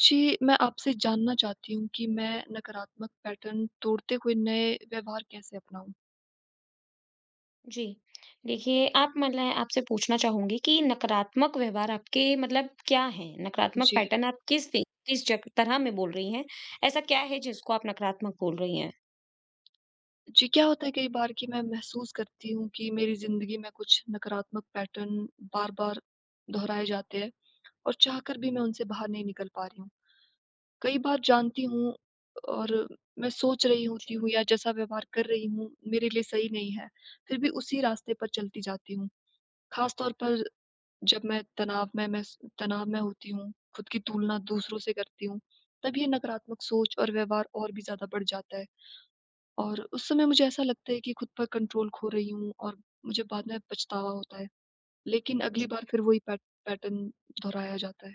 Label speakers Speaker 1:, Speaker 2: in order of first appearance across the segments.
Speaker 1: जी, मैं आपसे जानना चाहती हूँ कि मैं नकारात्मक पैटर्न तोड़ते हुए नए व्यवहार कैसे अपनाऊँ?
Speaker 2: जी। देखिए, आप मतलब आपसे पूछना चाहूँगी कि नकारात्मक व्यवहार आपके मतलब क्या है? नकारात्मक
Speaker 1: जी।
Speaker 2: पैटर्न आप किस पे किस जग तरह में बोल रही हैं? ऐसा क्या है जिसको आप नकारात्मक बोल रही हैं?
Speaker 1: जी, क्या होता है कई बार कि मैं महसूस करती हूँ कि मेरी ज़िंदगी में कुछ नकारात्मक पैटर्न बार-बार दोहराए जाते हैं और चाहकर भी मैं उनसे बाहर नहीं निकल पा रही हूँ। कई बार जानती हूँ और मैं सोच रही होती हूँ
Speaker 2: जी,
Speaker 1: या जैसा व्यवहार कर रही हूँ, मेरे लिए सही नहीं है, फिर भी उसी रास्ते पर चलती जाती हूँ। ख़ास तौर पर जब मैं तनाव में होती हूँ, खुद की तुलना दूसरों से करती हूँ, तब ये नकारात्मक सोच और व्यवहार और भी ज़्यादा बढ़ जाता है और उस समय मुझे ऐसा लगता है कि खुद पर कंट्रोल खो रही हूँ और मुझे बाद में पछतावा होता है। लेकिन अगली
Speaker 2: जी,
Speaker 1: बार फिर वही पैटर्न दोहराया जाता है।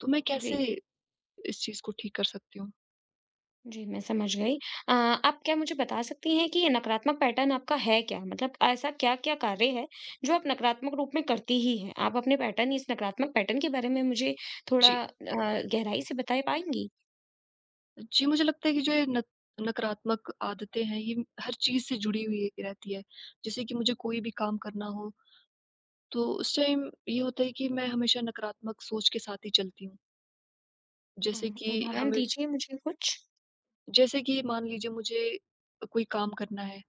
Speaker 1: तो मैं
Speaker 2: जी,
Speaker 1: कैसे इस चीज़ को ठीक कर सकती हूँ?
Speaker 2: जी, मैं समझ गई। आप क्या मुझे बता सकती हैं कि ये नकारात्मक पैटर्न आपका है क्या? मतलब ऐसा क्या-क्या कार्य है, जो आप नकारात्मक रूप में करती ही हैं? आप अपने पैटर्न इस नकारात्मक पैटर्न के बारे में मुझे
Speaker 1: जी।
Speaker 2: थोड़ा गहराई से बता पाएँगी?
Speaker 1: जी, मुझे लगता है कि जो ये न नकारात्मक आदतें हैं, ये हर चीज़ से जुड़ी हुई रहती है। जैसे कि मुझे कोई भी काम करना हो, तो उस टाइम ये होता है कि मैं हमेशा नकारात्मक सोच के साथ ही चलती हूँ।
Speaker 2: अ,
Speaker 1: जैसे कि
Speaker 2: उदाहरण
Speaker 1: हमें
Speaker 2: दीजिए मुझे कुछ?
Speaker 1: जैसे कि मान लीजिए मुझे कोई काम करना है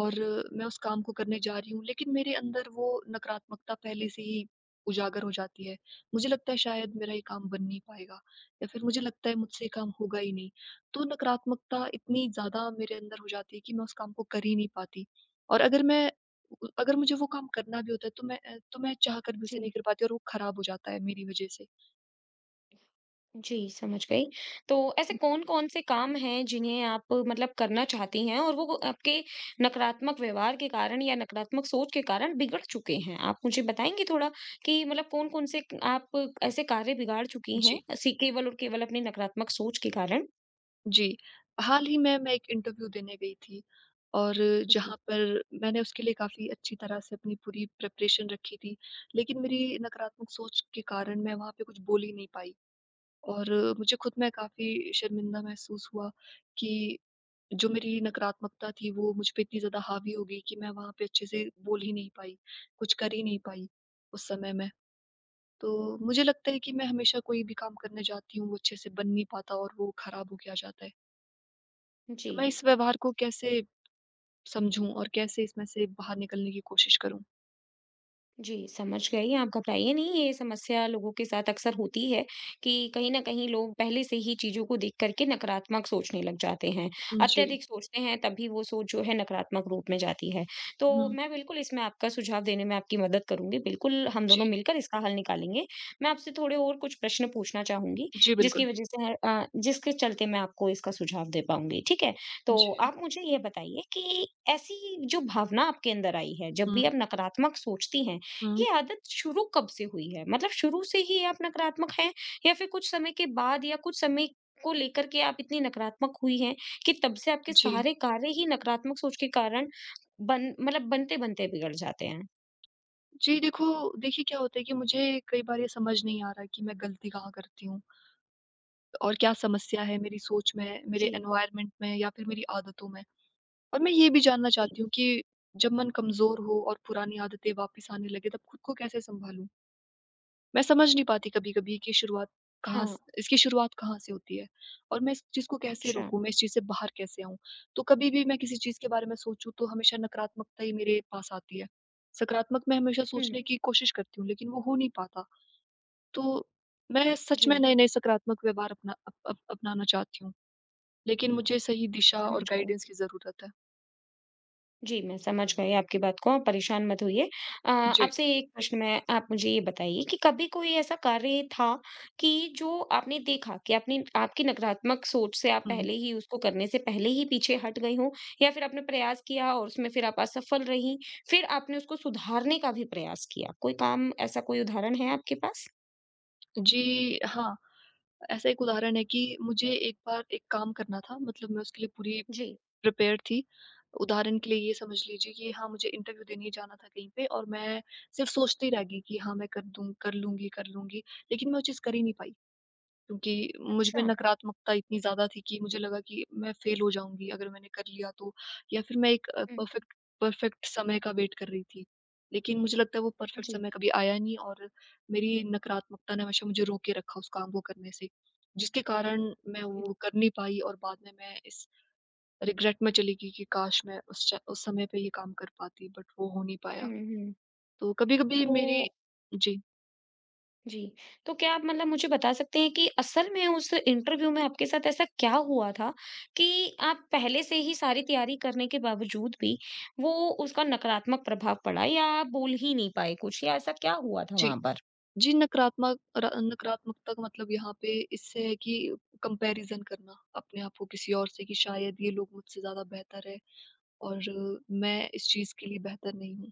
Speaker 1: और मैं उस काम को करने जा रही हूँ, लेकिन मेरे अंदर वो नकारात्मकता पहले से ही उजागर हो जाती है। मुझे लगता है शायद मेरा ये काम बन नहीं पाएगा या फिर मुझे लगता है मुझसे ये काम होगा ही नहीं। तो नकारात्मकता इतनी ज़्यादा मेरे अंदर हो जाती है कि मैं उस काम को कर ही नहीं पाती और अगर मैं उ अगर मुझे वो काम करना भी होता है तो मैं चाह कर भी उसे
Speaker 2: जी।
Speaker 1: नहीं कर पाती और वो खराब हो जाता है मेरी वज़ह से।
Speaker 2: जी, समझ गई। तो ऐसे कौन-कौन से काम हैं जिन्हें आप मतलब करना चाहती हैं और वो आपके नकारात्मक व्यवहार के कारण या नकारात्मक सोच के कारण बिगड़ चुके हैं? आप मुझे बताएँगी थोड़ा कि मतलब कौन-कौन से आप ऐसे कार्य बिगाड़ चुकी हैं,
Speaker 1: जी।
Speaker 2: ऐसी केवल और केवल अपनी नकारात्मक सोच के कारण?
Speaker 1: जी, हाल ही में मैं एक इंटरव्यू देने गई थी और
Speaker 2: जी।
Speaker 1: जहाँ पर मैंने उसके लिए काफ़ी अच्छी तरह से अपनी पूरी प्रिपरेशन रखी थी, लेकिन मेरी नकारात्मक सोच के कारण मैं वहाँ पे कुछ बोल ही नहीं पाई और मुझे खुद में काफ़ी शर्मिंदा महसूस हुआ कि जो मेरी नकारात्मकता थी, वो मुझ पे इतनी ज़्यादा हावी हो गई कि मैं वहाँ पे अच्छे से बोल ही नहीं पाई, कुछ कर ही नहीं पाई उस समय मैं। तो मुझे लगता है कि मैं हमेशा कोई भी काम करने जाती हूँ, वो अच्छे से बन नहीं पाता और वो ख़राब हो गया जाता है। तो
Speaker 2: जी।
Speaker 1: मैं इस व्यवहार को कैसे समझूँ और कैसे इसमें से बाहर निकलने की कोशिश करूँ?
Speaker 2: जी, समझ गई। आप घबराइए नहीं, ये समस्या लोगों के साथ अक्सर होती है कि कहीं न कहीं लोग पहले से ही चीज़ों को देख कर के नकारात्मक सोचने लग जाते हैं।
Speaker 1: जी।
Speaker 2: अत्यधिक सोचते हैं, तभी वो सोच जो है नकारात्मक रूप में जाती है। तो
Speaker 1: हुँ।
Speaker 2: मैं बिल्कुल इसमें आपका सुझाव देने में आपकी मदद करूँगी। बिल्कुल, हम दोनों
Speaker 1: जी।
Speaker 2: मिलकर इसका हल निकालेंगे। मैं आपसे थोड़े और कुछ प्रश्न पूछना चाहूँगी,
Speaker 1: जी,
Speaker 2: जिसकी
Speaker 1: बिल्कुल।
Speaker 2: वजह से जिसके चलते मैं आपको इसका सुझाव दे पाऊँगी, ठीक है? तो
Speaker 1: जी।
Speaker 2: आप मुझे ये बताइए कि ऐसी जो भावना आपके अंदर आई है, जब
Speaker 1: हुँ,
Speaker 2: भी आप नकारात्मक सोचती हैं,
Speaker 1: हुँ।
Speaker 2: ये आदत शुरू कब से हुई है? मतलब शुरू से ही आप नकारात्मक हैं या फिर कुछ समय के बाद या कुछ समय को लेकर के आप इतनी नकारात्मक हुई हैं कि तब से आपके
Speaker 1: जी।
Speaker 2: सारे कार्य ही नकारात्मक सोच के कारण बन मतलब बनते-बनते बिगड़ जाते हैं?
Speaker 1: जी, देखो देखिए क्या होता है कि मुझे कई बार ये समझ नहीं आ रहा कि मैं गलती कहाँ करती हूँ और क्या समस्या है मेरी सोच में, मेरे
Speaker 2: जी,
Speaker 1: एनवायरनमेंट में या फिर मेरी आदतों में। और मैं ये भी जानना
Speaker 2: जी।
Speaker 1: चाहती हूँ कि जब मन कमज़ोर हो और पुरानी आदतें वापस आने लगे तब खुद को कैसे सँभालूँ? मैं समझ नहीं पाती कभी-कभी कि शुरुआत कहाँ
Speaker 2: हाँ,
Speaker 1: स इसकी शुरुआत कहाँ से होती है और मैं इस चीज़ को कैसे
Speaker 2: अच्छा।
Speaker 1: रोकूँ, मैं इस चीज़ से बाहर कैसे आऊँ? तो कभी भी मैं किसी चीज़ के बारे में सोचूँ तो हमेशा नकारात्मकता ही मेरे पास आती है। सकारात्मक मैं हमेशा
Speaker 2: हुँ,
Speaker 1: सोचने की कोशिश करती हूँ लेकिन वो हो नहीं पाता। तो मैं सच में
Speaker 2: जी,
Speaker 1: नए-नए सकारात्मक व्यवहार अपना अप अप अपनाना चाहती हूँ, लेकिन मुझे सही दिशा और
Speaker 2: समझ गए।
Speaker 1: गाइडेंस की ज़रूरत है।
Speaker 2: जी, मैं समझ गई आपकी बात को, आप परेशान मत होइए।
Speaker 1: जी।
Speaker 2: आपसे एक प्रश्न मैं आप मुझे ये बताइए कि कभी कोई ऐसा कार्य था कि जो आपने देखा कि आपने आपकी नकारात्मक सोच से आप
Speaker 1: हुँ।
Speaker 2: पहले ही उसको करने से पहले ही पीछे हट गई हों या फिर आपने प्रयास किया और उसमें फिर आप असफल रहीं, फिर आपने उसको सुधारने का भी प्रयास किया? कोई काम ऐसा कोई उदाहरण है आपके पास?
Speaker 1: जी, हाँ, ऐसा एक उदाहरण है कि मुझे एक बार एक काम करना था, मतलब मैं उसके लिए पूरी
Speaker 2: जी।
Speaker 1: प्रिपेयर थी। उदाहरण के लिए ये समझ लीजिए कि हाँ, मुझे इंटरव्यू देने जाना था कहीं पे और मैं सिर्फ़ सोचती रह गई कि हाँ, मैं कर लूँगी। लेकिन मैं वो चीज़ कर ही नहीं पाई क्योंकि मुझ में
Speaker 2: अच्छा।
Speaker 1: नकारात्मकता इतनी ज़्यादा थी कि मुझे लगा कि मैं फ़ेल हो जाऊँगी अगर मैंने कर लिया तो। या फिर मैं एक
Speaker 2: हुँ।
Speaker 1: परफ़ेक्ट परफ़ेक्ट समय का वेट कर रही थी। लेकिन मुझे लगता है वो परफ़ेक्ट
Speaker 2: जी,
Speaker 1: समय कभी आया नहीं और मेरी नकारात्मकता ने हमेशा मुझे रोके रखा उस काम को करने से, जिसके कारण मैं
Speaker 2: जी।
Speaker 1: वो कर नहीं पाई और बाद में मैं इस रिग्रेट में चली गई कि काश मैं उस समय पे ये काम कर पाती, बट वो हो नहीं पाया।
Speaker 2: हुँ, हुँ।
Speaker 1: तो कभी-कभी
Speaker 2: तो
Speaker 1: मेरी। जी,
Speaker 2: जी। तो क्या आप मतलब मुझे बता सकते हैं कि असल में उस इंटरव्यू में आपके साथ ऐसा क्या हुआ था कि आप पहले से ही सारी तैयारी करने के बावजूद भी वो उसका नकारात्मक प्रभाव पड़ा या आप बोल ही नहीं पाए कुछ या ऐसा क्या हुआ था
Speaker 1: जी।
Speaker 2: वहाँ पर?
Speaker 1: जी, नकारात्मकता का मतलब यहाँ पे इससे है कि कंपैरिज़न करना अपने आप को किसी और से कि शायद ये लोग मुझसे ज़्यादा बेहतर है और मैं इस चीज़ के लिए बेहतर नहीं हूँ।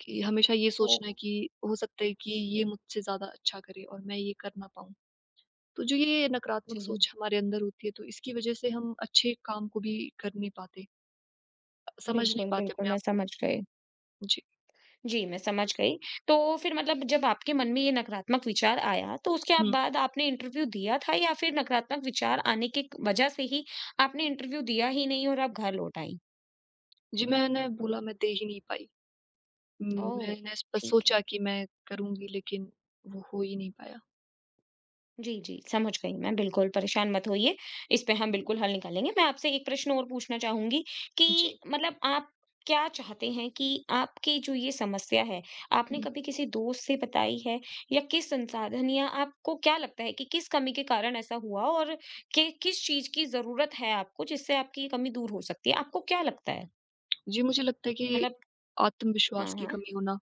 Speaker 1: कि हमेशा ये
Speaker 2: तो
Speaker 1: सोचना है कि हो सकता है कि ये मुझसे ज़्यादा अच्छा करे और मैं ये कर ना पाऊँ। तो जो ये नकारात्मक
Speaker 2: जी।
Speaker 1: सोच हमारे अंदर होती है तो इसकी वज़ह से हम अच्छे काम को भी कर नहीं पाते। समझ नहीं
Speaker 2: बिल्कुल,
Speaker 1: पाते
Speaker 2: बिल्कुल
Speaker 1: अपने
Speaker 2: मैं
Speaker 1: आप को।
Speaker 2: समझ गई।
Speaker 1: जी।
Speaker 2: जी, मैं समझ गई। तो फिर मतलब जब आपके मन में ये नकारात्मक विचार आया तो उसके आप
Speaker 1: हुँ।
Speaker 2: बाद आपने इंटरव्यू दिया था या फिर नकारात्मक विचार आने की वजह से ही आपने इंटरव्यू दिया ही नहीं और आप घर लौट आईं?
Speaker 1: जी, मैंने बोला मैं दे ही नहीं पाई।
Speaker 2: ओह!
Speaker 1: मैंने इस पर
Speaker 2: ठीक है।
Speaker 1: सोचा कि मैं करूँगी, लेकिन वो हो ही नहीं पाया।
Speaker 2: जी, जी, समझ गई मैं, बिल्कुल परेशान मत होइए, इस पे हम बिल्कुल हल निकालेंगे। मैं आपसे एक प्रश्न और पूछना चाहूँगी कि
Speaker 1: जी।
Speaker 2: मतलब आप क्या चाहते हैं कि आपकी जो ये समस्या है, आपने
Speaker 1: हुँ।
Speaker 2: कभी किसी दोस्त से बताई है या किस संसाधन या आपको क्या लगता है कि किस कमी के कारण ऐसा हुआ और कि किस चीज़ की ज़रूरत है आपको जिससे आपकी ये कमी दूर हो सकती है? आपको क्या लगता है?
Speaker 1: जी, मुझे लगता है कि
Speaker 2: मतलब
Speaker 1: आत्मविश्वास
Speaker 2: हाँ,
Speaker 1: की
Speaker 2: हाँ।
Speaker 1: कमी होना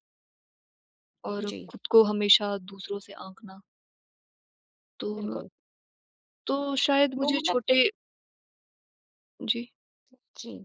Speaker 1: और
Speaker 2: जी,
Speaker 1: खुद को हमेशा दूसरों से आँकना, तो
Speaker 2: बिल्कुल।
Speaker 1: तो शायद
Speaker 2: तो
Speaker 1: मुझे
Speaker 2: मतलब
Speaker 1: छोटे। जी,
Speaker 2: जी।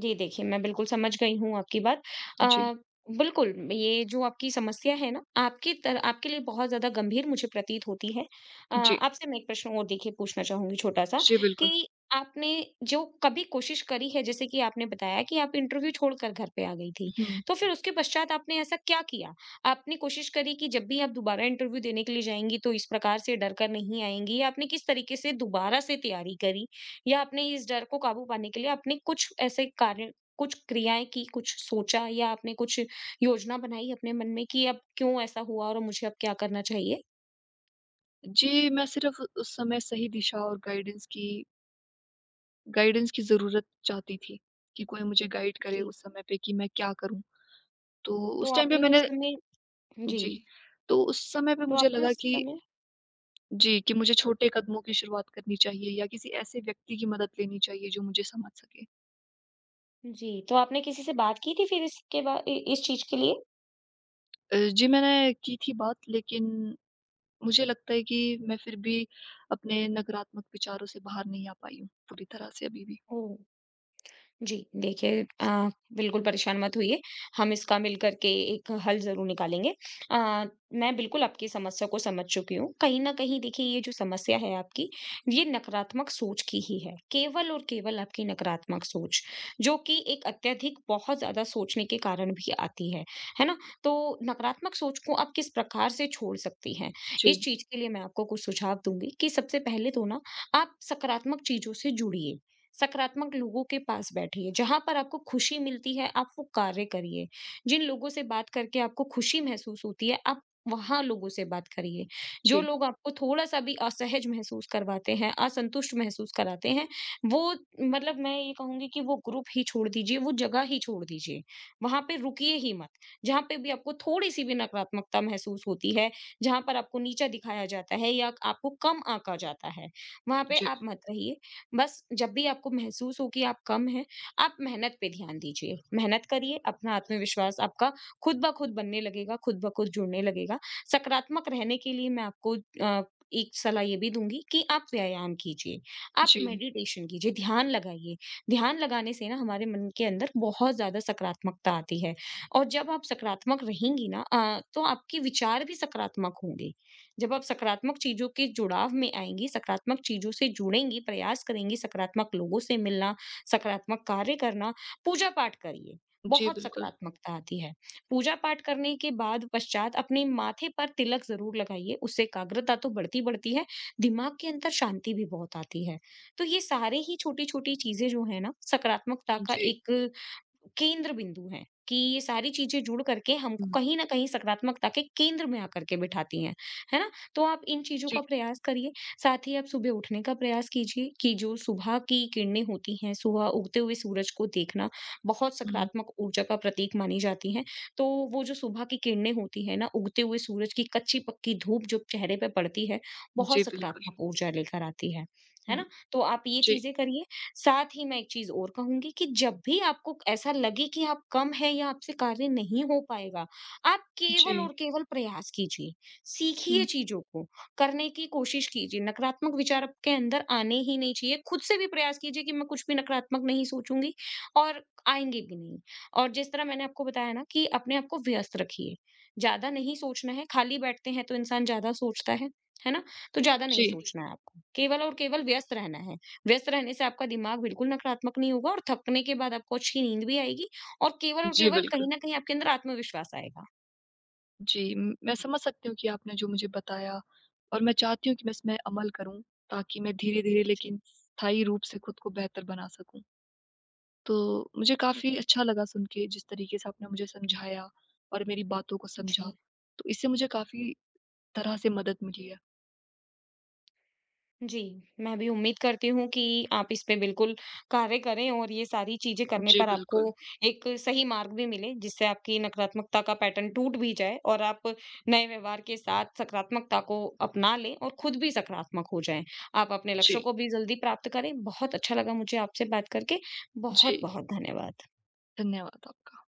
Speaker 2: जी, देखिए मैं बिल्कुल समझ गई हूँ आपकी बात। अ,
Speaker 1: जी,
Speaker 2: बिल्कुल, ये जो आपकी समस्या है ना, आपकी तर आपके लिए बहुत ज़्यादा गंभीर मुझे प्रतीत होती है।
Speaker 1: जी,
Speaker 2: आपसे मैं एक प्रश्न और देखिए पूछना चाहूँगी छोटा-सा
Speaker 1: जी, बिल्कुल।
Speaker 2: कि आपने जो कभी कोशिश करी है जैसे कि आपने बताया कि आप इंटरव्यू छोड़कर घर पे आ गई थी,
Speaker 1: हुँ।
Speaker 2: तो फिर उसके पश्चात आपने ऐसा क्या किया? आपने कोशिश करी कि जब भी आप दोबारा इंटरव्यू देने के लिए जाएँगी तो इस प्रकार से डर कर नहीं आएँगी? आपने किस तरीके से दोबारा से तैयारी करी या आपने इस डर को काबू पाने के लिए आपने कुछ ऐसे कार्य कुछ क्रियाएँ की, कुछ सोचा या आपने कुछ योजना बनाई अपने मन में कि अब क्यों ऐसा हुआ और मुझे अब क्या करना चाहिए?
Speaker 1: जी, मैं सिर्फ़ उस समय सही दिशा और गाइडेंस की ज़रूरत चाहती थी, कि कोई मुझे गाइड करे
Speaker 2: जी।
Speaker 1: उस समय पे कि मैं क्या करूँ। तो
Speaker 2: तो
Speaker 1: उस टाइम पे
Speaker 2: आपने उस
Speaker 1: मैंने।
Speaker 2: समय जी,
Speaker 1: जी, तो उस समय पे
Speaker 2: तो
Speaker 1: मुझे
Speaker 2: आपने
Speaker 1: लगा
Speaker 2: उस
Speaker 1: कि।
Speaker 2: समय
Speaker 1: जी, कि मुझे छोटे कदमों की शुरुआत करनी चाहिए या किसी ऐसे व्यक्ति की मदद लेनी चाहिए जो मुझे समझ सके।
Speaker 2: जी, तो आपने किसी से बात की थी फिर इसके बा इ इस चीज़ के लिए?
Speaker 1: जी, मैंने की थी बात, लेकिन मुझे लगता है कि मैं फिर भी अपने नकारात्मक विचारों से बाहर नहीं आ पाई हूँ पूरी तरह से अभी भी।
Speaker 2: ओह! जी, देखिए बिल्कुल परेशान मत होइए, हम इसका मिल कर के एक हल ज़रूर निकालेंगे। अ, मैं बिल्कुल आपकी समस्या को समझ चुकी हूँ। कहीं न कहीं देखिए ये जो समस्या है आपकी, ये नकारात्मक सोच की ही है, केवल और केवल आपकी नकारात्मक सोच, जो कि एक अत्यधिक बहुत ज़्यादा सोचने के कारण भी आती है ना? तो नकारात्मक सोच को आप किस प्रकार से छोड़ सकती हैं, इस
Speaker 1: जी,
Speaker 2: चीज़ के लिए मैं आपको कुछ सुझाव दूँगी कि सबसे पहले तो ना, आप सकारात्मक चीज़ों से जुड़िए। सकारात्मक लोगों के पास बैठिए, जहाँ पर आपको खुशी मिलती है, आप वो कार्य करिए। जिन लोगों से बात करके आपको खुशी महसूस होती है, आप वहाँ लोगों से बात करिए। जो
Speaker 1: जी,
Speaker 2: लोग आपको थोड़ा-सा भी असहज महसूस करवाते हैं, असंतुष्ट महसूस कराते हैं, वो मतलब मैं ये कहूँगी कि वो ग्रुप ही छोड़ दीजिए, वो जगह ही छोड़ दीजिए। वहाँ पे रुकिए ही मत। जहाँ पे भी आपको थोड़ी-सी भी नकारात्मकता महसूस होती है, जहाँ पर आपको नीचा दिखाया जाता है या आपको कम आँका जाता है, वहाँ पे
Speaker 1: जी,
Speaker 2: आप मत रहिए। बस जब भी आपको महसूस हो कि आप कम हैं, आप मेहनत पे ध्यान दीजिए। मेहनत करिए, अपना आत्मविश्वास आपका खुद ब खुद बनने लगेगा, खुद ब खुद जुड़ने लगेगा। सकारात्मक रहने के लिए मैं आपको अ, एक सलाह ये भी दूँगी कि आप व्यायाम कीजिए, आप
Speaker 1: जी,
Speaker 2: मेडिटेशन कीजिए, ध्यान लगाइए। ध्यान लगाने से ना हमारे मन के अंदर बहुत ज़्यादा सकारात्मकता आती है और जब आप सकारात्मक रहेंगी ना तो आपके विचार भी सकारात्मक होंगे। जब आप सकारात्मक चीज़ों के जुड़ाव में आएँगी, सकारात्मक चीज़ों से जुड़ेंगी, प्रयास करेंगी, सकारात्मक लोगों से मिलना, सकारात्मक कार्य करना, पूजा-पाठ करिए,
Speaker 1: जी,
Speaker 2: बहुत
Speaker 1: बिल्कुल।
Speaker 2: सकारात्मकता आती है। पूजा-पाठ करने के बाद पश्चात अपने माथे पर तिलक ज़रूर लगाइए, उससे एकाग्रता बढ़ती है, दिमाग के अंदर शांति भी बहुत आती है। तो ये सारे ही छोटी-छोटी चीज़ें जो हैं ना, सकारात्मकता का
Speaker 1: जी,
Speaker 2: एक केंद्र बिंदु हैं कि ये सारी चीज़ें जुड़ करके
Speaker 1: हुँ,
Speaker 2: हमको कहीं न कहीं सकारात्मकता के केंद्र में आकर के बिठाती हैं। है ना? तो आप इन चीज़ों
Speaker 1: जी,
Speaker 2: का प्रयास करिए। साथ ही आप सुबह उठने का प्रयास कीजिए कि जो सुबह की किरणें होती हैं, सुबह उगते हुए सूरज को देखना बहुत
Speaker 1: हुँ,
Speaker 2: सकारात्मक ऊर्जा का प्रतीक मानी जाती हैं। तो वो जो सुबह की किरणें होती हैं ना, उगते हुए सूरज की कच्ची-पक्की धूप जो चेहरे पे पड़ती है,
Speaker 1: जी,
Speaker 2: बहुत
Speaker 1: बिल्कुल।
Speaker 2: सकारात्मक ऊर्जा लेकर आती है। है
Speaker 1: हुँ,
Speaker 2: ना? तो आप ये
Speaker 1: जी,
Speaker 2: चीज़ें करिए। साथ ही मैं एक चीज़ और कहूँगी कि जब भी आपको ऐसा लगे कि आप कम हैं या आपसे कार्य नहीं हो पाएगा, आप केवल
Speaker 1: जी,
Speaker 2: और केवल प्रयास कीजिए। सीखिए
Speaker 1: हुँ,
Speaker 2: चीज़ों को, करने की कोशिश कीजिए, नकारात्मक विचार आपके अंदर आने ही नहीं चाहिए। खुद से भी प्रयास कीजिए कि मैं कुछ भी नकारात्मक नहीं सोचूँगी और आएँगे भी नहीं। और जिस तरह मैंने आपको बताया ना कि अपने आप को व्यस्त रखिए। ज़्यादा नहीं सोचना है, खाली बैठते हैं तो इंसान ज़्यादा सोचता है ना? तो ज़्यादा नहीं
Speaker 1: जी,
Speaker 2: सोचना है आपको, केवल और केवल व्यस्त रहना है। व्यस्त रहने से आपका दिमाग बिल्कुल नकारात्मक नहीं होगा और थकने के बाद आपको अच्छी नींद भी आएगी और
Speaker 1: जी,
Speaker 2: केवल
Speaker 1: बिल्कुल।
Speaker 2: कहीं न कहीं आपके अंदर आत्मविश्वास आएगा।
Speaker 1: जी, म मैं समझ सकती हूँ कि आपने जो मुझे बताया और मैं चाहती हूँ कि मैं इसमें अमल करूँ, ताकि मैं धीरे-धीरे
Speaker 2: जी।
Speaker 1: लेकिन स्थायी रूप से खुद को बेहतर बना सकूँ। तो मुझे
Speaker 2: जी,
Speaker 1: काफ़ी अच्छा लगा सुन के जिस तरीके से आपने मुझे समझाया और मेरी बातों को समझा,
Speaker 2: जी।
Speaker 1: तो इससे मुझे काफ़ी तरह से मदद मिली है।
Speaker 2: जी, मैं भी उम्मीद करती हूँ कि आप इस पे बिल्कुल कार्य करें और ये सारी चीज़ें करने
Speaker 1: जी,
Speaker 2: पर आपको
Speaker 1: बिल्कुल।
Speaker 2: एक सही मार्ग भी मिले, जिससे आपकी नकारात्मकता का पैटर्न टूट भी जाए और आप नए व्यवहार के साथ सकारात्मकता को अपना लें और खुद भी सकारात्मक हो जाएँ। आप अपने लक्ष्यों
Speaker 1: जी,
Speaker 2: को भी जल्दी प्राप्त करें। बहुत अच्छा लगा मुझे आपसे बात करके।
Speaker 1: जी,
Speaker 2: बहुत-बहुत धन्यवाद।
Speaker 1: धन्यवाद आपका।